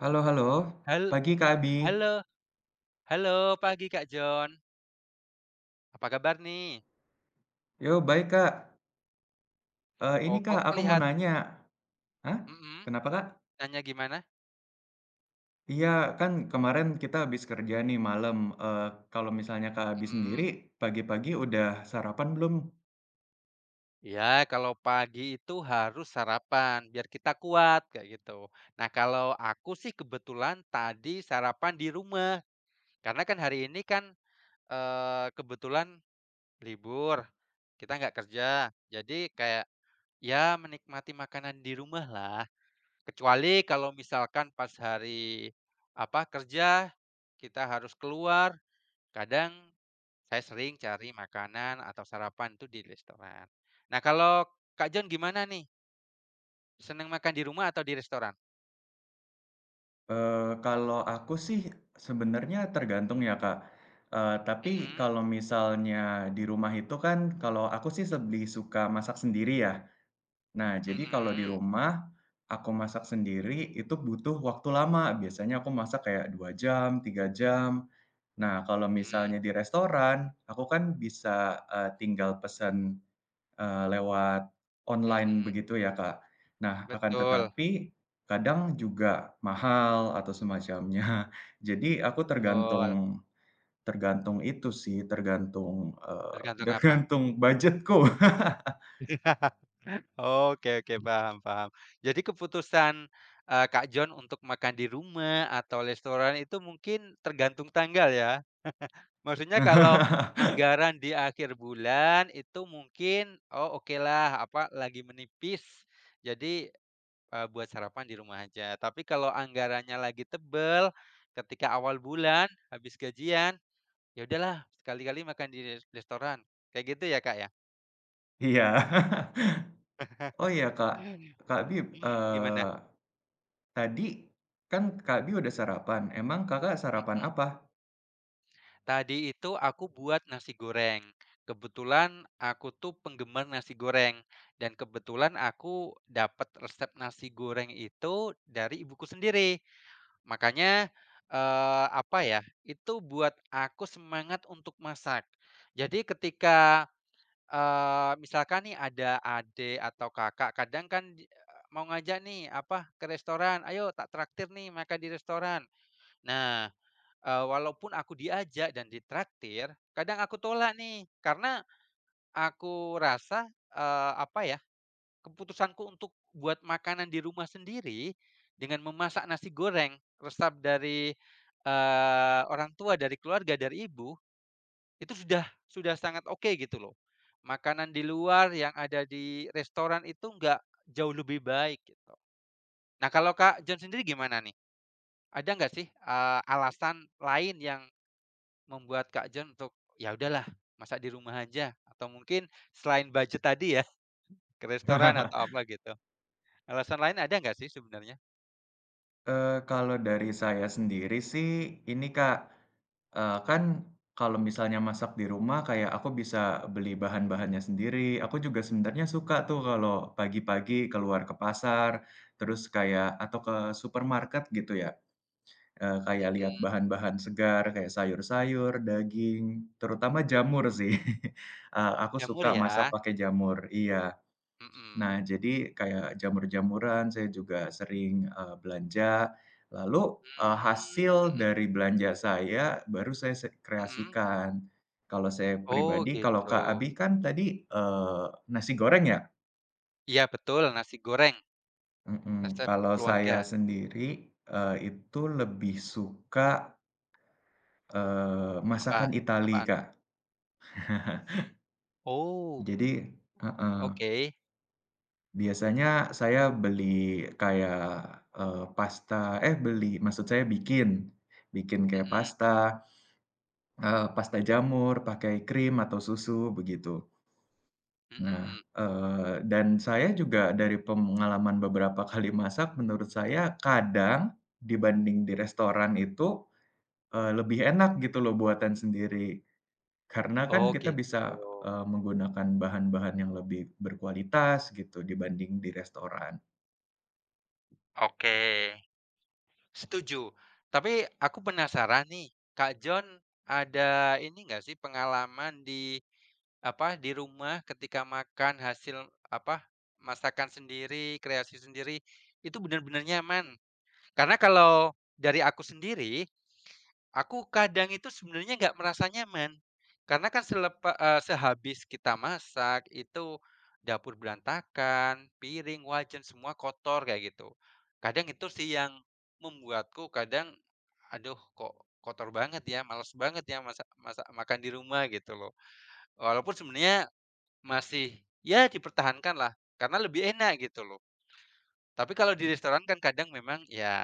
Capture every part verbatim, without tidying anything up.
Halo halo, Hal pagi Kak Abi. halo halo pagi Kak John, apa kabar nih? Yo, baik Kak. Eh ini Oh Kak, kok aku mau kelihat nanya. Hah? mhm, Kenapa Kak? tanya gimana? Iya, kan kemarin kita habis kerja nih malam. Eh Kalau misalnya Kak Abi sendiri, Mhm, pagi-pagi udah sarapan belum? iya kalau pagi itu harus sarapan biar kita kuat kayak gitu. Nah kalau aku sih kebetulan tadi sarapan di rumah, karena kan hari ini kan, eee, kebetulan libur, kita nggak kerja, jadi kayak ya menikmati makanan di rumah lah. Kecuali kalau misalkan pas hari, apa, kerja, kita harus keluar, kadang saya sering cari makanan atau sarapan itu di restoran. Nah, kalau Kak John gimana nih? Senang makan di rumah atau di restoran? Eh Kalau aku sih sebenarnya tergantung ya Kak. Eh tapi Mhm, kalau misalnya di rumah itu kan, kalau aku sih lebih suka masak sendiri ya. Nah, jadi kalau di mhm, rumah, aku masak sendiri itu butuh waktu lama, biasanya aku masak kayak dua jam, tiga jam. Nah, kalau mhm, misalnya di restoran, aku kan bisa, eee, tinggal pesan eee, lewat online mhm. begitu ya, Kak. Nah, akan Betul tetapi kadang juga mahal atau semacamnya. Jadi aku betul. tergantung tergantung itu sih, tergantung, eee, Tergantung apa? tergantung budgetku Oke oke, paham paham. Jadi keputusan, eee, Kak John untuk makan di rumah atau restoran itu mungkin tergantung tanggal ya? Maksudnya kalau anggaran di akhir bulan itu mungkin, "Oh oke lah apa, lagi menipis, jadi, eee, buat sarapan di rumah aja." Tapi kalau anggarannya lagi tebel, ketika awal bulan habis gajian, "Ya udahlah sekali-kali makan di restoran." Kayak gitu ya, Kak, ya? Iya. Oh iya Kak, Kak Bib, Mhm, gimana? eee, tadi kan Kak Bib udah sarapan, emang Kakak sarapan Mhm. apa? Tadi itu aku buat nasi goreng. Kebetulan aku tuh penggemar nasi goreng dan kebetulan aku dapat resep nasi goreng itu dari ibuku sendiri. Makanya, eee, apa ya, itu buat aku semangat untuk masak. Jadi ketika, eee, misalkan nih ada adik atau kakak, kadang kan, eee, mau ngajak nih, apa, ke restoran, "Ayo tak traktir nih makan di restoran." Nah, Eee, walaupun aku diajak dan ditraktir, kadang aku tolak nih, karena aku rasa, eee, apa ya, keputusanku untuk buat makanan di rumah sendiri dengan memasak nasi goreng resep dari, eee, orang tua, dari keluarga, dari ibu, itu sudah sudah sangat oke gitu loh. Makanan di luar yang ada di restoran itu nggak jauh lebih baik gitu. Nah, kalau Kak John sendiri gimana nih? Ada nggak sih, eee, alasan lain yang membuat Kak John untuk, ya udahlah masak di rumah aja atau mungkin selain budget tadi ya, ke restoran atau apa gitu. Alasan lain ada nggak sih sebenarnya? Eee, kalau dari saya sendiri sih ini Kak, eee, kan kalau misalnya masak di rumah kayak aku bisa beli bahan-bahannya sendiri, aku juga sebenarnya suka tuh kalau pagi-pagi keluar ke pasar, terus kayak atau ke supermarket gitu ya. Eee, kayak lihat Mhm, bahan-bahan segar, kayak sayur-sayur, daging, terutama jamur sih. Eee, aku jamur suka masak ya? pakai jamur iya. Mhm. Nah, jadi kayak jamur-jamuran saya juga sering, eee, belanja, lalu, eee, Mmm, hasil mhm dari belanja saya baru saya se mhm. kreasikan. Kalau saya Oh pribadi, kalau gitu. Kak Abi kan tadi, eee, nasi goreng ya? Iya betul, nasi goreng Mhm, resep kalau saya keluarga. sendiri, eee, itu lebih suka Eee, Apa? masakan Itali, Apaan? Kak. Oh, Jadi heeh, oke. biasanya saya beli kayak, eee, pasta eh beli, maksud saya bikin, bikin kayak Mhm pasta, eee, pasta jamur pakai krim atau susu begitu. Nah, mhm. eee, dan saya juga dari pengalaman beberapa kali masak, menurut saya kadang dibanding di restoran itu, eee, lebih enak gitu loh buatan sendiri. Karena kan Oh kita gitu. bisa, eee, menggunakan bahan-bahan yang lebih berkualitas gitu dibanding di restoran. Oke. Setuju. Tapi aku penasaran nih, Kak John ada ini enggak sih pengalaman di, apa, di rumah ketika makan hasil, apa, masakan sendiri, kreasi sendiri, itu benar-benar nyaman? Karena kalau dari aku sendiri, aku kadang itu sebenarnya nggak merasa nyaman. Karena kan selepa eee, sehabis kita masak itu dapur berantakan, piring, wajan semua kotor kayak gitu. Kadang itu sih yang membuatku kadang, "Aduh kok kotor banget ya, males banget ya masak masak makan di rumah," gitu loh. Walaupun sebenarnya masih ya dipertahankan lah karena lebih enak gitu loh. Tapi kalau di Mhm. restoran kan kadang memang ya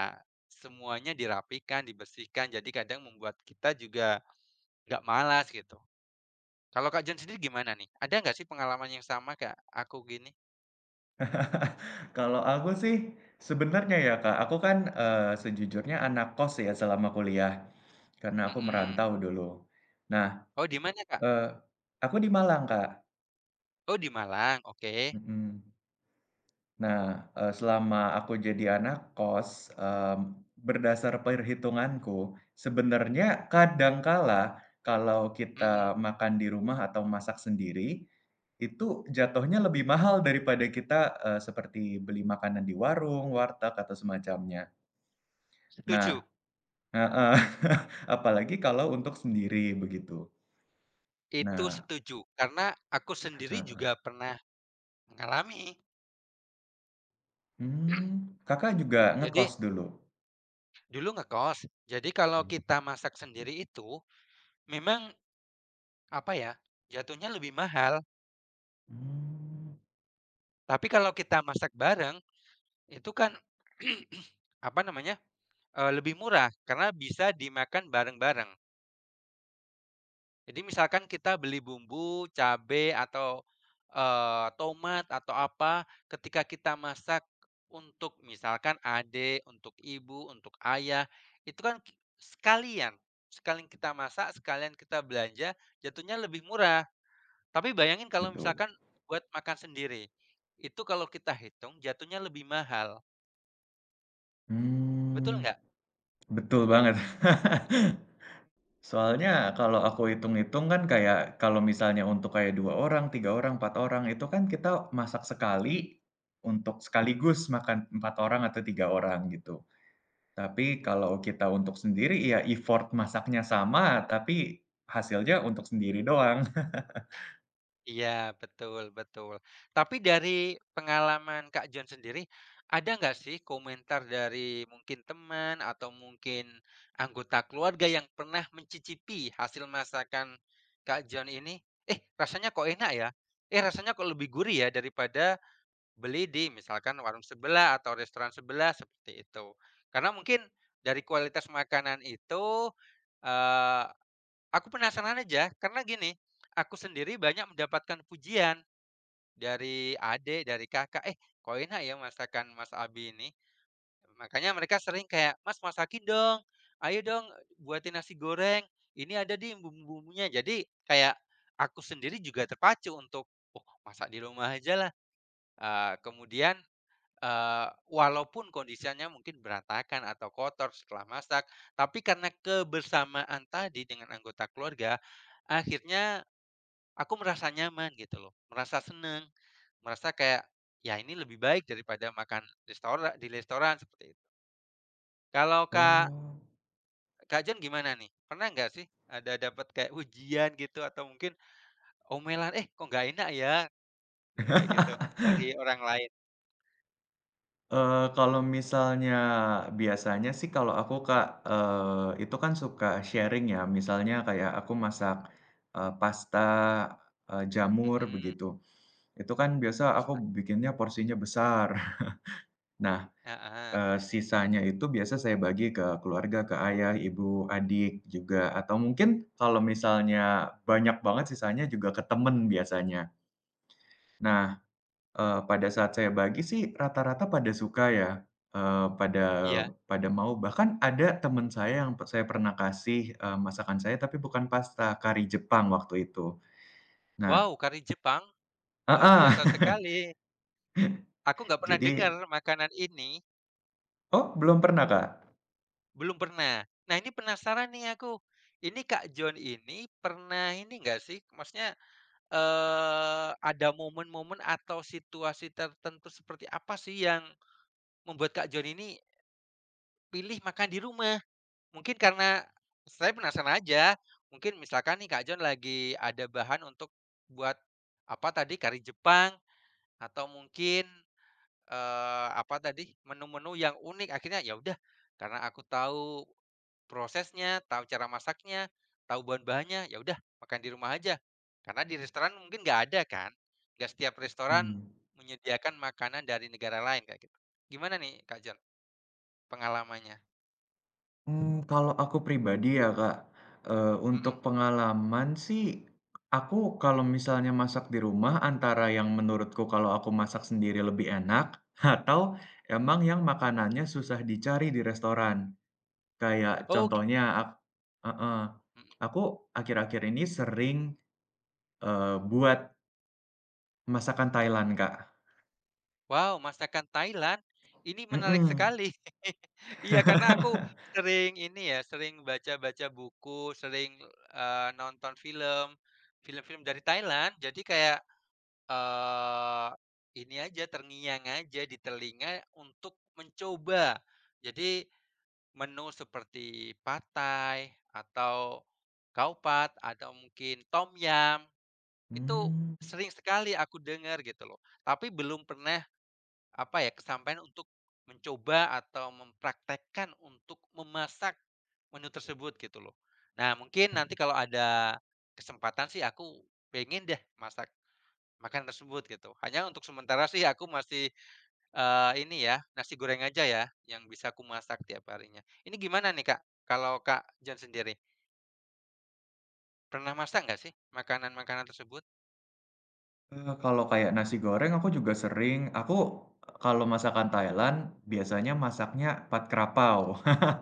semuanya dirapikan, dibersihkan, jadi kadang membuat kita juga nggak malas gitu. Kalau Kak, John sendiri gimana nih? Ada nggak sih pengalaman yang sama Kak? Aku gini? Kalau aku sih sebenarnya ya, Kak, aku kan, eee, sejujurnya anak kos ya selama kuliah, karena aku Mhm. merantau dulu. Nah, Oh di mana Kak? eee, aku di Malang, Kak, Oh di Malang, oke. mhm. Nah, eee, selama aku jadi anak kos, mmm, berdasar perhitunganku, sebenarnya kadangkala kalau kita Mhm. makan di rumah atau masak sendiri, itu jatuhnya lebih mahal daripada kita, eee, seperti beli makanan di warung, warteg, atau semacamnya. Nah Setuju, heeh, apalagi kalau untuk sendiri, begitu. itu Nah setuju, karena aku sendiri juga pernah mengalami. mmm, Kakak juga Jadi ngekos dulu? dulu ngekos, jadi kalau kita masak sendiri itu memang apa ya, jatuhnya lebih mahal, Mmm, tapi kalau kita masak bareng itu kan, apa namanya, eee, lebih murah karena bisa dimakan bareng-bareng. Jadi misalkan kita beli bumbu, cabe, atau, eee, tomat, atau apa, ketika kita masak untuk misalkan adik, untuk ibu, untuk ayah, itu kan ki sekalian. Sekalian kita masak, sekalian kita belanja, jatuhnya lebih murah. Tapi bayangin kalau gitu. misalkan buat makan sendiri, itu kalau kita hitung jatuhnya lebih mahal, betul Mmm. nggak? Betul banget. Soalnya kalau aku hitung-hitung kan kayak kalau misalnya untuk kayak dua orang, tiga orang, empat orang itu kan kita masak sekali untuk sekaligus makan empat orang atau tiga orang gitu. Tapi kalau kita untuk sendiri ya effort masaknya sama, tapi hasilnya untuk sendiri doang. Iya, betul betul. Tapi dari pengalaman Kak John sendiri, ada nggak sih komentar dari mungkin teman atau mungkin anggota keluarga yang pernah mencicipi hasil masakan Kak John ini, "Eh, rasanya kok enak ya? Eh, rasanya kok lebih gurih ya daripada beli di misalkan warung sebelah atau restoran sebelah," seperti itu. Karena mungkin dari kualitas makanan itu, eh, aku penasaran aja, karena gini, aku sendiri banyak mendapatkan pujian dari adik, dari kakak, "Eh, kok enak ya masakan Mas Abi ini?" Makanya mereka sering kayak, "Mas, masakin dong. Ayo dong buatin nasi goreng. Ini ada di bumbu-bumbunya." Jadi kayak aku sendiri juga terpacu untuk, "Oh, masak di rumah aja lah." Eee, kemudian, eee, walaupun kondisinya mungkin berantakan atau kotor setelah masak, tapi karena kebersamaan tadi dengan anggota keluarga, akhirnya aku merasa nyaman gitu loh, merasa seneng, merasa kayak, ya ini lebih baik daripada makan restora di restoran seperti itu. Kalau Kak Oh. Kak Jan gimana nih? Pernah nggak sih ada dapat kayak ujian gitu atau mungkin omelan, "Eh kok nggak enak ya?" Kayak gitu dari orang lain? Eee, kalau misalnya biasanya sih kalau aku, Kak, eee, itu kan suka sharing ya, misalnya kayak aku masak, eee, pasta, eee, jamur Mhm, begitu. Itu kan biasa aku pasta bikinnya porsinya besar. Nah, heeh, eee, sisanya itu biasa saya bagi ke keluarga, ke ayah, ibu, adik juga, atau mungkin kalau misalnya banyak banget sisanya juga ke temen biasanya. Nah, Eee, pada saat saya bagi sih rata-rata pada suka ya, eee, pada iya. pada mau. Bahkan ada teman saya yang pe saya pernah kasih, eee, masakan saya tapi bukan pasta, kari Jepang waktu itu. Nah Wow, kari Jepang luar biasa ah sekali. Aku nggak pernah jadi dengar makanan ini. oh belum pernah Kak? Belum pernah. Nah, ini penasaran nih aku. Ini Kak John ini pernah ini enggak sih, maksudnya, eee, ada momen-momen atau situasi tertentu seperti apa sih yang membuat Kak John ini pilih makan di rumah? Mungkin karena saya penasaran aja, mungkin misalkan nih Kak John lagi ada bahan untuk buat apa tadi, kari Jepang atau mungkin, eee, apa tadi, menu-menu yang unik akhirnya, "Ya udah, karena aku tahu prosesnya, tahu cara masaknya, tahu bahan-bahannya, ya udah makan di rumah aja. Karena di restoran mungkin nggak ada kan, nggak setiap restoran Mmm, menyediakan makanan dari negara lain kayak gitu." Gimana nih Kak Jon pengalamannya? mmm, kalau aku pribadi ya Kak, eee, Mhm. untuk pengalaman sih, aku kalau misalnya masak di rumah antara yang menurutku kalau aku masak sendiri lebih enak, atau emang yang makanannya susah dicari di restoran. Kayak Oh gi contohnya ak heeh, mhm. aku akhir-akhir ini sering, eee, buat masakan Thailand, Kak. Wow, masakan Thailand, ini menarik Mhm, sekali. Iya, karena aku sering ini ya, sering baca-baca buku, sering, eee, nonton film, film-film dari Thailand, jadi kayak Eee, ini aja, terngiang aja di telinga untuk mencoba. Jadi menu seperti Pad atau Khao Pad atau mungkin Tom yam itu mmm, sering sekali aku dengar gitu loh. Tapi belum pernah, apa ya, kesampaian untuk mencoba atau mempraktekkan untuk memasak menu tersebut gitu loh. Nah mungkin nanti kalau ada kesempatan sih aku pengen deh masak makanan tersebut gitu. Hanya untuk sementara sih aku masih, eee, ini ya, nasi goreng aja ya, yang bisa aku masak tiap harinya. Ini gimana nih, Kak, kalau Kak Jan sendiri, pernah masak nggak sih makanan-makanan tersebut? eee, kalau kayak nasi goreng aku juga sering. Aku kalau masakan Thailand biasanya masaknya Pad Krapau.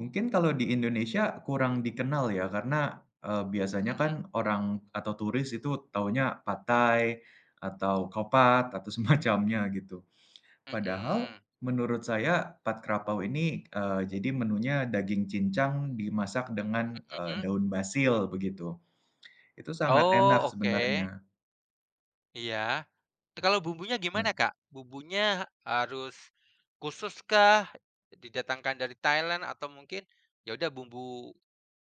Mungkin kalau di Indonesia kurang dikenal ya karena, eee, biasanya kan Mhm, orang atau turis itu taunya pad thai atau kopat atau semacamnya gitu. Padahal mhm, menurut saya Pad Krapau ini, eee, jadi menunya daging cincang dimasak dengan, eee, mhm. daun basil begitu. Itu sangat Oh, enak oke, sebenarnya. iya. Kalau bumbunya Nah gimana, Kak? Bumbunya harus khusus kah, didatangkan dari Thailand atau mungkin ya udah bumbu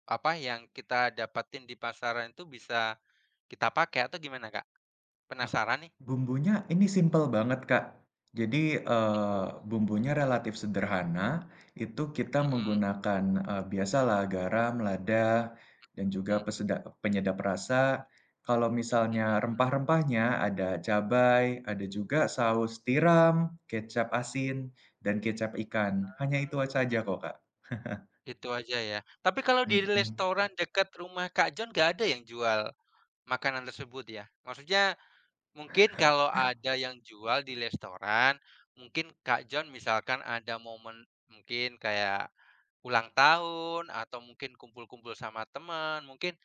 apa yang kita dapatin di pasaran itu bisa kita pakai atau gimana, Kak? Penasaran nih. Bumbunya ini simple banget, Kak. Jadi, eee, bumbunya relatif sederhana, itu kita Mhm menggunakan, eee, biasalah garam, lada, dan juga mhm peseda penyedap rasa. Kalau mhm, misalnya rempah-rempahnya ada cabai, ada juga saus tiram, kecap asin, dan kecap ikan. Hanya itu saja kok, Kak. gitu aja ya. Tapi kalau di Mhm, restoran dekat rumah Kak John nggak ada yang jual makanan tersebut ya? Maksudnya mungkin kalau ada yang jual di restoran, mungkin Kak John misalkan ada momen mungkin kayak ulang tahun atau mungkin kumpul-kumpul sama teman, mungkin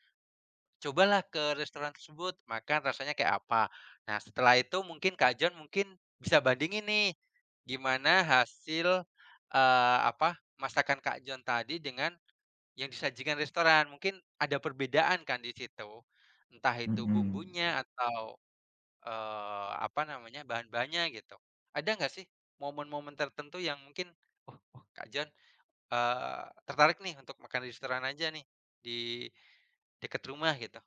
cobalah ke restoran tersebut, makan rasanya kayak apa. Nah, setelah itu mungkin Kak John mungkin bisa bandingin nih, gimana hasil, eee, apa, masakan Kak John tadi dengan yang disajikan restoran. Mungkin ada perbedaan kan di situ, entah itu Mmm. mhm. bumbunya atau, eee, apa namanya, bahan-bahannya gitu. Ada nggak sih momen-momen tertentu yang mungkin, "Oh oh Kak John, eee, tertarik nih untuk makan di restoran aja nih, di dekat rumah," gitu?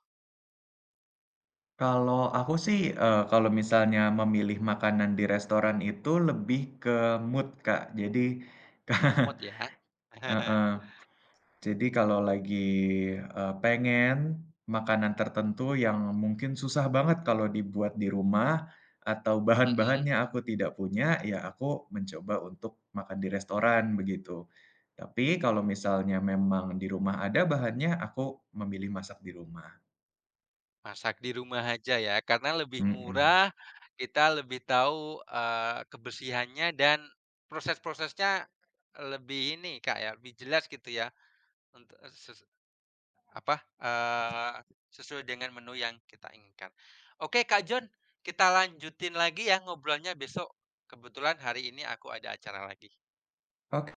Kalau aku sih, eee, kalau misalnya memilih makanan di restoran itu lebih ke mood, Kak. Jadi Semut ya? heeh, jadi kalau lagi, eee, pengen makanan tertentu yang mungkin susah banget kalau dibuat di rumah atau Mhm, bahan-bahannya aku tidak punya, ya aku mencoba untuk makan di restoran, begitu. Tapi kalau misalnya memang di rumah ada bahannya, aku memilih masak di rumah. masak di rumah aja ya, karena lebih Mhm. murah, kita lebih tahu, eee, kebersihannya dan proses-prosesnya lebih ini, Kak, ya, lebih jelas gitu ya, untuk eh, ses apa, eee, sesuai dengan menu yang kita inginkan. Oke, Kak John, kita lanjutin lagi ya ngobrolnya besok. Kebetulan hari ini aku ada acara lagi. Ok